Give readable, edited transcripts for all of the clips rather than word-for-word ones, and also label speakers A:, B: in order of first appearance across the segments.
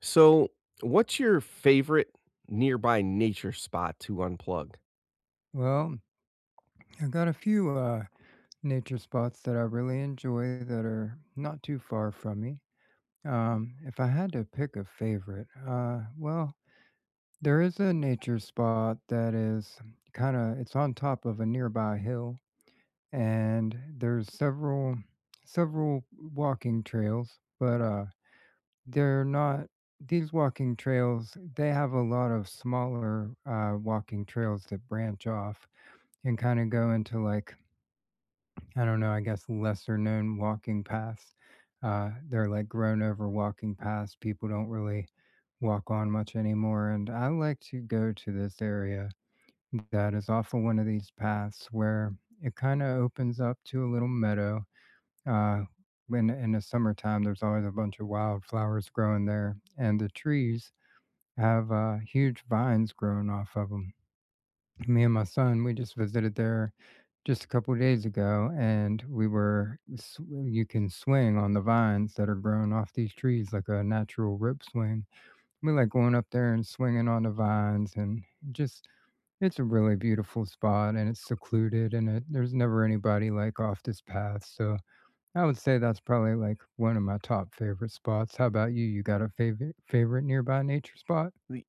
A: So, what's your favorite nearby nature spot to unplug?
B: Well, I got a few nature spots that I really enjoy that are not too far from me. If I had to pick a favorite, there is a nature spot that is kind of it's on top of a nearby hill, and there's several walking trails, but they're not these walking trails. They have a lot of smaller walking trails that branch off and kind of go into like I don't know, I guess lesser known walking paths. They're like grown over walking paths. People don't really walk on much anymore. And I like to go to this area that is off of one of these paths where it kind of opens up to a little meadow. Uh, when in the summertime, there's always a bunch of wildflowers growing there, and the trees have huge vines growing off of them. Me and my son, we just visited there just a couple days ago, and we were you can swing on the vines that are growing off these trees like a natural rip swing. We like going up there and swinging on the vines, and just it's a really beautiful spot, and it's secluded, and it, there's never anybody like off this path. So I would say that's probably like one of my top favorite spots. How about you? You got a favorite favorite nearby nature spot?
A: The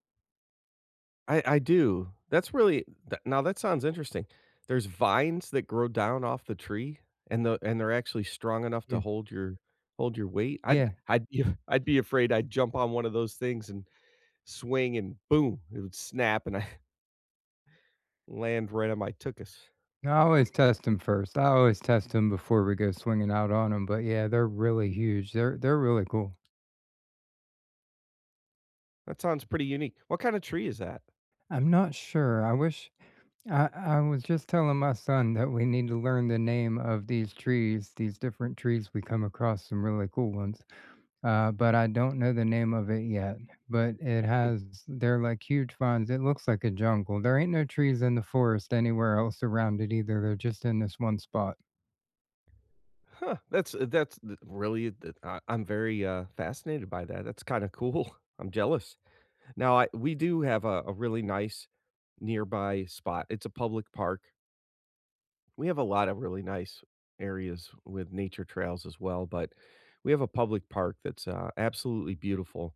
A: I do. That's really th now that sounds interesting. There's vines that grow down off the tree, and they're actually strong enough
B: Yeah,
A: to hold your weight. I'd
B: yeah.
A: I'd be I'd be afraid I'd jump on one of those things and swing and boom, it would snap and I land right on my tuchus.
B: I always test them first. I always test them before we go swinging out on them. But yeah, they're really huge. They're really cool.
A: That sounds pretty unique. What kinda tree is that?
B: I'm not sure. I wish I was just telling my son that we need to learn the name of these trees. These different trees we come across some really cool ones. But I don't know the name of it yet. But it has they're like huge vines. It looks like a jungle. There ain't no trees in the forest anywhere else around it either. They're just in this one spot.
A: Huh, that's th really th I'm very, fascinated by that, that's kinda cool. I'm jealous. Now I we do have a really nice nearby spot. It's a public park. We have a lot of really nice areas with nature trails as well, but we have a public park that's, absolutely beautiful,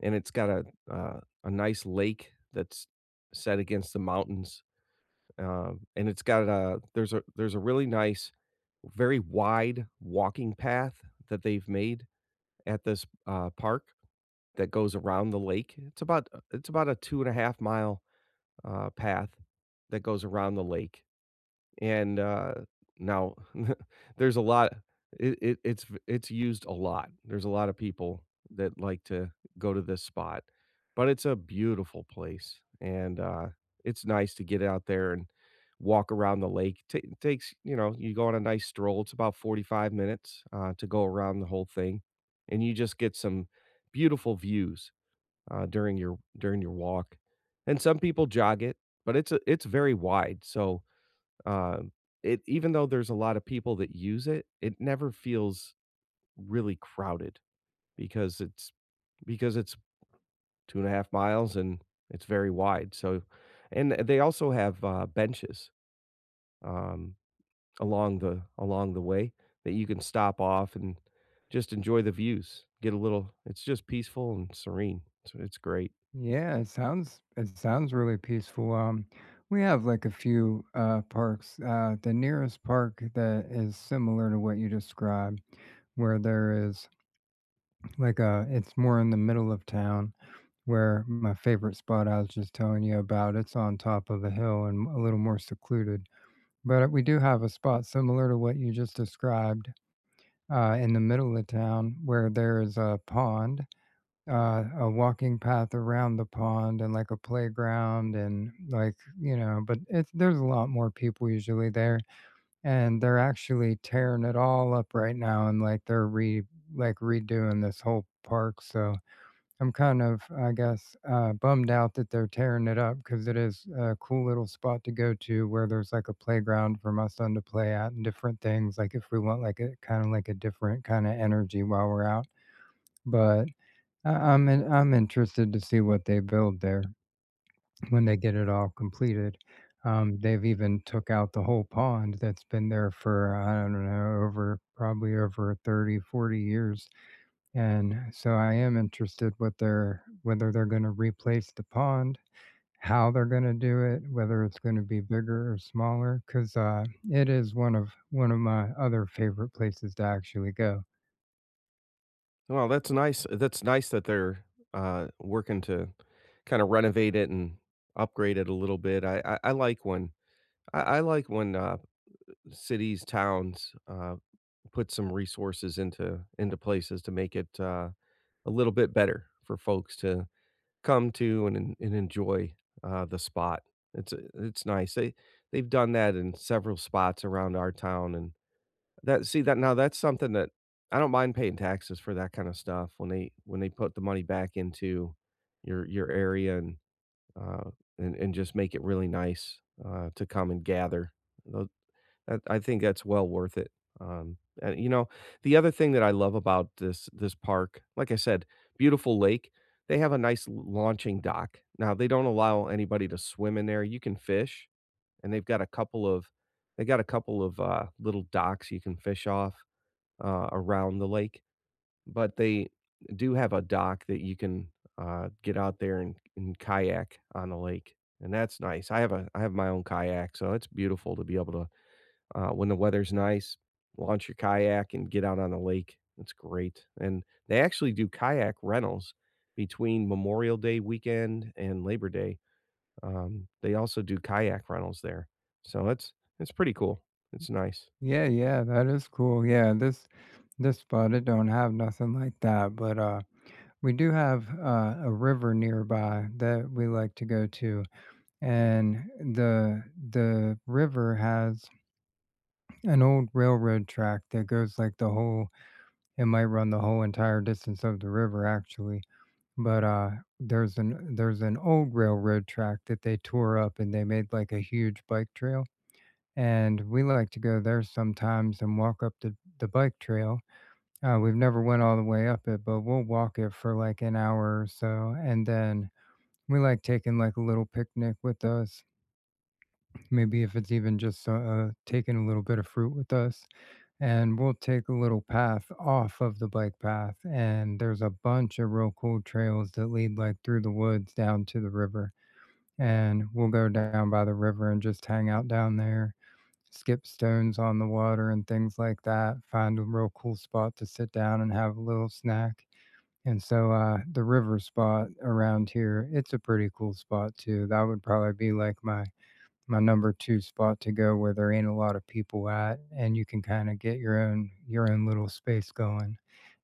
A: and it's got a nice lake that's set against the mountains, and it's got a there's a there's a really nice, very wide walking path that they've made at this, park that goes around the lake. It's about a 2.5 mile, path that goes around the lake. And, now there's a lot it it it's v it's used a lot. There's a lot of people that like to go to this spot, but it's a beautiful place, and, it's nice to get out there and walk around the lake. Ta It takes, you know, you go on a nice stroll, it's about 45 minutes, to go around the whole thing, and you just get some beautiful views, during your walk. And some people jog it, but it's very wide, so um, it even though there's a lot of people that use it, it never feels really crowded because it's because it's 2.5 miles and it's very wide, so. And they also have, benches, um, along the way that you can stop off and just enjoy the views, get a little it's just peaceful and serene, so it's great.
B: Yeah, it sounds really peaceful. We have like a few parks. The nearest park that is similar to what you described, where there is like a, it's more in the middle of town. Where my favorite spot I was just telling you about, it's on top of a hill and a little more secluded. But we do have a spot similar to what you just described in the middle of town where there is a pond, a walking path around the pond and like a playground and like you know but it's there's a lot more people usually there and they're actually tearing it all up right now and like they're re like redoing this whole park so I'm kind of I guess bummed out that they're tearing it up because it is a cool little spot to go to where there's like a playground for my son to play at and different things like if we want like a kind of like a different kind of energy while we're out but I I'm in I'm interested to see what they build there when they get it all completed. They've even took out the whole pond that's been there for, I don't know, over probably over 30 40 years. And so I am interested what they're whether they're gonna replace the pond, how they're gonna do it, whether it's gonna be bigger or smaller, 'cause, it is one of my other favorite places to actually go.
A: Well, that's nice that they're, working to kinda renovate it and upgrade it a little bit. I like when I like when cities, towns, put some resources into places to make it, a little bit better for folks to come to and enjoy, the spot. It's nice. They they've done that in several spots around our town, and that see that now that's something that I don't mind paying taxes for, that kind of stuff, when they put the money back into your area and, uh, and just make it really nice, to come and gather. That I think that's well worth it. And, you know, the other thing that I love about this this park, like I said, beautiful lake. They have a nice l launching dock. Now, they don't allow anybody to swim in there. You can fish, and they got a couple of, little docks you can fish off, around the lake, but they do have a dock that you can, get out there and kayak on the lake, and that's nice. I have my own kayak, so it's beautiful to be able to, when the weather's nice, launch your kayak and get out on the lake. It's great. And they actually do kayak rentals between Memorial Day weekend and Labor Day. They also do kayak rentals there. So it's pretty cool. It's nice.
B: Yeah, yeah, that is cool. Yeah, this spot it don't have nothing like that, but we do have a river nearby that we like to go to, and the river has an old railroad track that goes like the whole. It might run the whole entire distance of the river actually, but there's an old railroad track that they tore up and they made like a huge bike trail, and we like to go there sometimes and walk up the bike trail. We've never went all the way up it, but we'll walk it for like an hour or so, and then we like taking like a little picnic with us. Maybe if it's even just taking a little bit of fruit with us, and we'll take a little path off of the bike path, and there's a bunch of real cool trails that lead like through the woods down to the river, and we'll go down by the river and just hang out down there. Skip stones on the water and things like that. Find a real cool spot to sit down and have a little snack and so, the river spot around here, it's a pretty cool spot too. That would probably be like my number 2 spot to go where there ain't a lot of people at and you can kinda get your own little space going.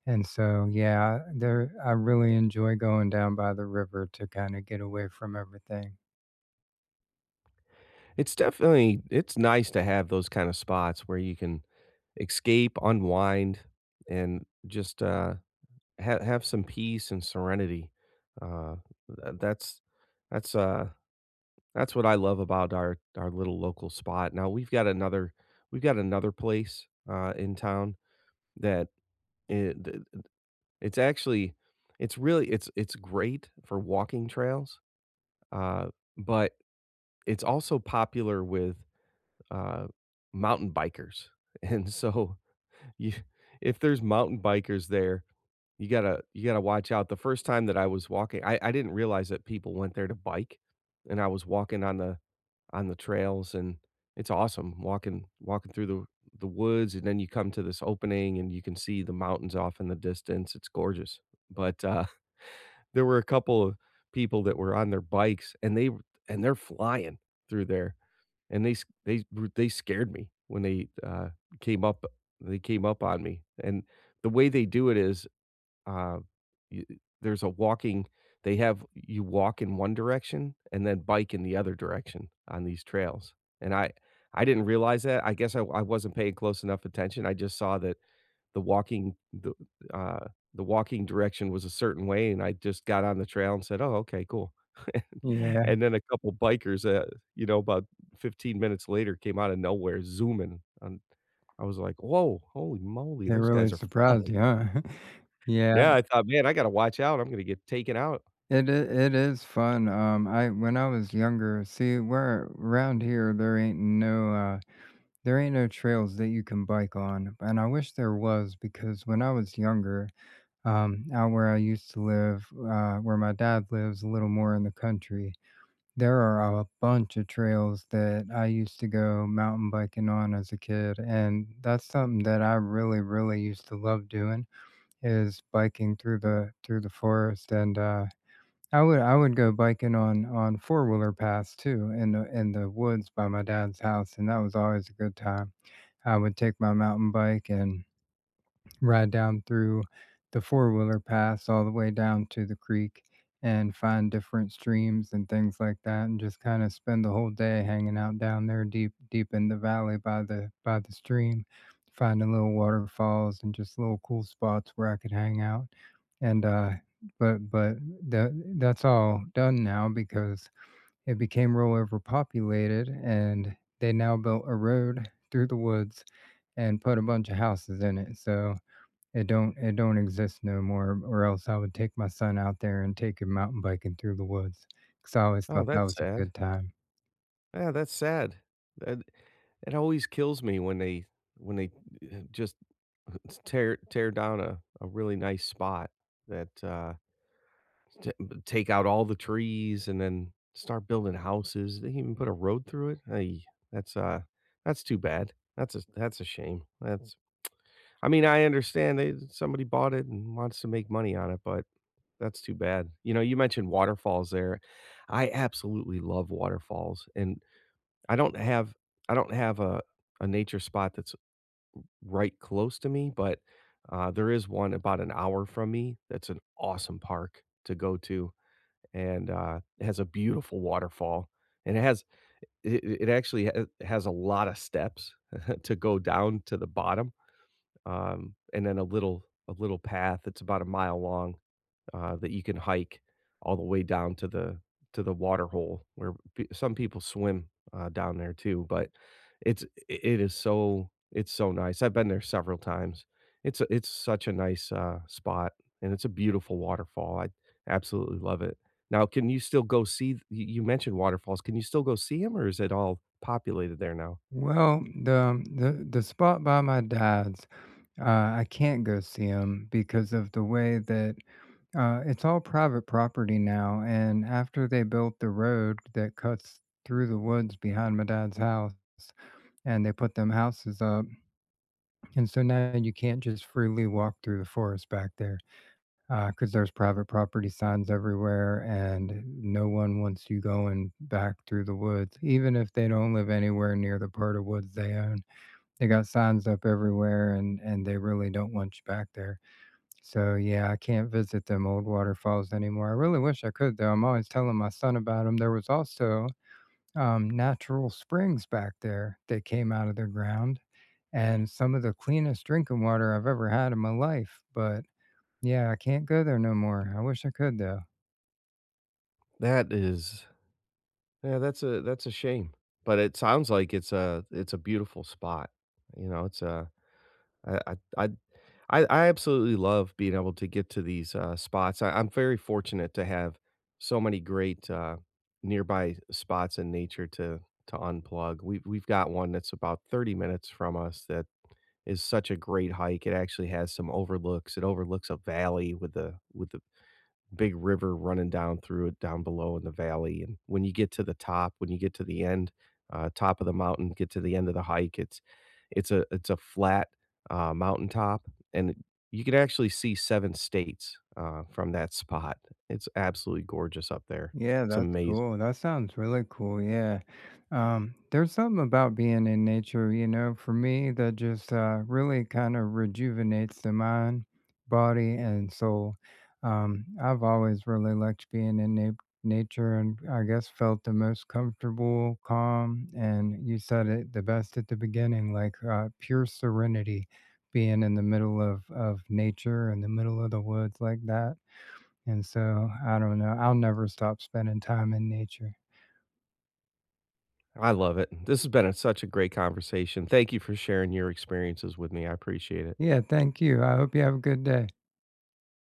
B: And so, yeah, there I really enjoy going down by the river to kinda get away from everything.
A: It's definitely it's nice to have those kind of spots where you can escape, unwind, and just, have some peace and serenity. Uh, th- that's that's uh, That's what I love about our little local spot. Now we've got another, we've got another place, in town that, it th th it's actually it's great for walking trails, uh, but it's also popular with, uh, mountain bikers, and so, you if there's mountain bikers there, you gotta watch out. The first time that I was walking, I didn't realize that people went there to bike, and I was walking on the trails, and it's awesome walking walking through the woods, and then you come to this opening, and you can see the mountains off in the distance. It's gorgeous. But, there were a couple of people that were on their bikes, and they're flying through there, and they scared me when they, came up they came up on me, and the way they do it is, uh, y there's a walking, they have you walk in one direction and then bike in the other direction on these trails, and I didn't realize that. I guess I wasn't paying close enough attention. I just saw that the walking the, uh, the walking direction was a certain way, and I just got on the trail and said, "Oh, okay, cool."
B: Yeah,
A: And then a couple bikers, about 15 minutes later came out of nowhere zooming, and I was like, "Whoa, holy moly,
B: they
A: those
B: really
A: guys are fly."
B: surprised you, huh? Yeah,
A: Yeah, I thought, "Man, I gotta watch out, I'm gonna get taken out."
B: it is fun, I when I was younger see, where around here, there ain't no, there ain't no trails that you can bike on, and I wish there was because when I was younger, out where I used to live, where my dad lives a little more in the country, there are a bunch of trails that I used to go mountain biking on as a kid, and that's something that I really, really used to love doing is biking through the forest, and I would go biking on four wheeler paths too in the woods by my dad's house, and that was always a good time. I would take my mountain bike and ride down through the four-wheeler paths all the way down to the creek and find different streams and things like that, and just kinda spend the whole day hanging out down there deep deep in the valley by the stream, finding little waterfalls and just little cool spots where I could hang out, and, but that that's all done now because it became real overpopulated, and they now built a road through the woods and put a bunch of houses in it. So it don't exist no more, or else I would take my son out there and take him mountain biking through the woods. Cause I always
A: Oh,
B: thought that
A: that's
B: was a
A: sad.
B: good time.
A: Yeah, that's sad. That it always kills me when they, just tear tear down a really nice spot that, t take out all the trees and then start building houses. They even put a road through it. Ay, that's, uh, that's too bad. That's a shame. That's I mean, I understand they somebody bought it and wants to make money on it, but that's too bad. You know, you mentioned waterfalls there. I absolutely love waterfalls, and I don't have I don't have a nature spot that's right close to me, but, there is one about an hour from me that's an awesome park to go to, and, it has a beautiful waterfall, and it has it actually ha has a lot of steps to go down to the bottom, and then a little path that's about a mile long, that you can hike all the way down to the water hole where, some people swim, down there too. But it's it is so it's so nice. I've been there several times. It's such a nice, spot, and it's a beautiful waterfall. I absolutely love it. Now, can you still go see? You you mentioned waterfalls. Can you still go see them, or is it all populated there now?
B: Well, the spot by my dad's, I can't go see him because of the way that it's all private property now. And after they built the road that cuts through the woods behind my dad's house, and they put them houses up, and so now you can't just freely walk through the forest back there because there's private property signs everywhere, and no one wants you going back through the woods, even if they don't live anywhere near the part of woods they own. They got signs up everywhere, and they really don't want you back there. So yeah, I can't visit them old waterfalls anymore. I really wish I could though. I'm always telling my son about them. There was also natural springs back there that came out of the ground and some of the cleanest drinking water I've ever had in my life. But yeah, I can't go there no more. I wish I could though.
A: That is, yeah, that's a shame. But it sounds like it's a beautiful spot. You know, it's a I I I I absolutely love being able to get to these, spots. I'm very fortunate to have so many great, nearby spots in nature to unplug. We've got one that's about 30 minutes from us that is such a great hike. It actually has some overlooks. It overlooks a valley with the big river running down through it down below in the valley, and when you get to the top, when you get to the end, top of the mountain, get to the end of the hike, it's a flat, mountaintop, and you can actually see 7 states, from that spot. It's absolutely gorgeous up there.
B: Yeah,
A: It's
B: that's
A: amazing.
B: cool. That sounds really cool. Yeah. There's something about being in nature, you know, for me that just really kind of rejuvenates the mind, body, and soul. I've always really liked being in nature and I guess felt the most comfortable, calm, and you said it the best at the beginning, like pure serenity being in the middle of nature, in the middle of the woods like that. And so, I don't know, I'll never stop spending time in nature.
A: I love it. This has been a such a great conversation. Thank you for sharing your experiences with me. I appreciate it.
B: Yeah, thank you. I hope you have a good day.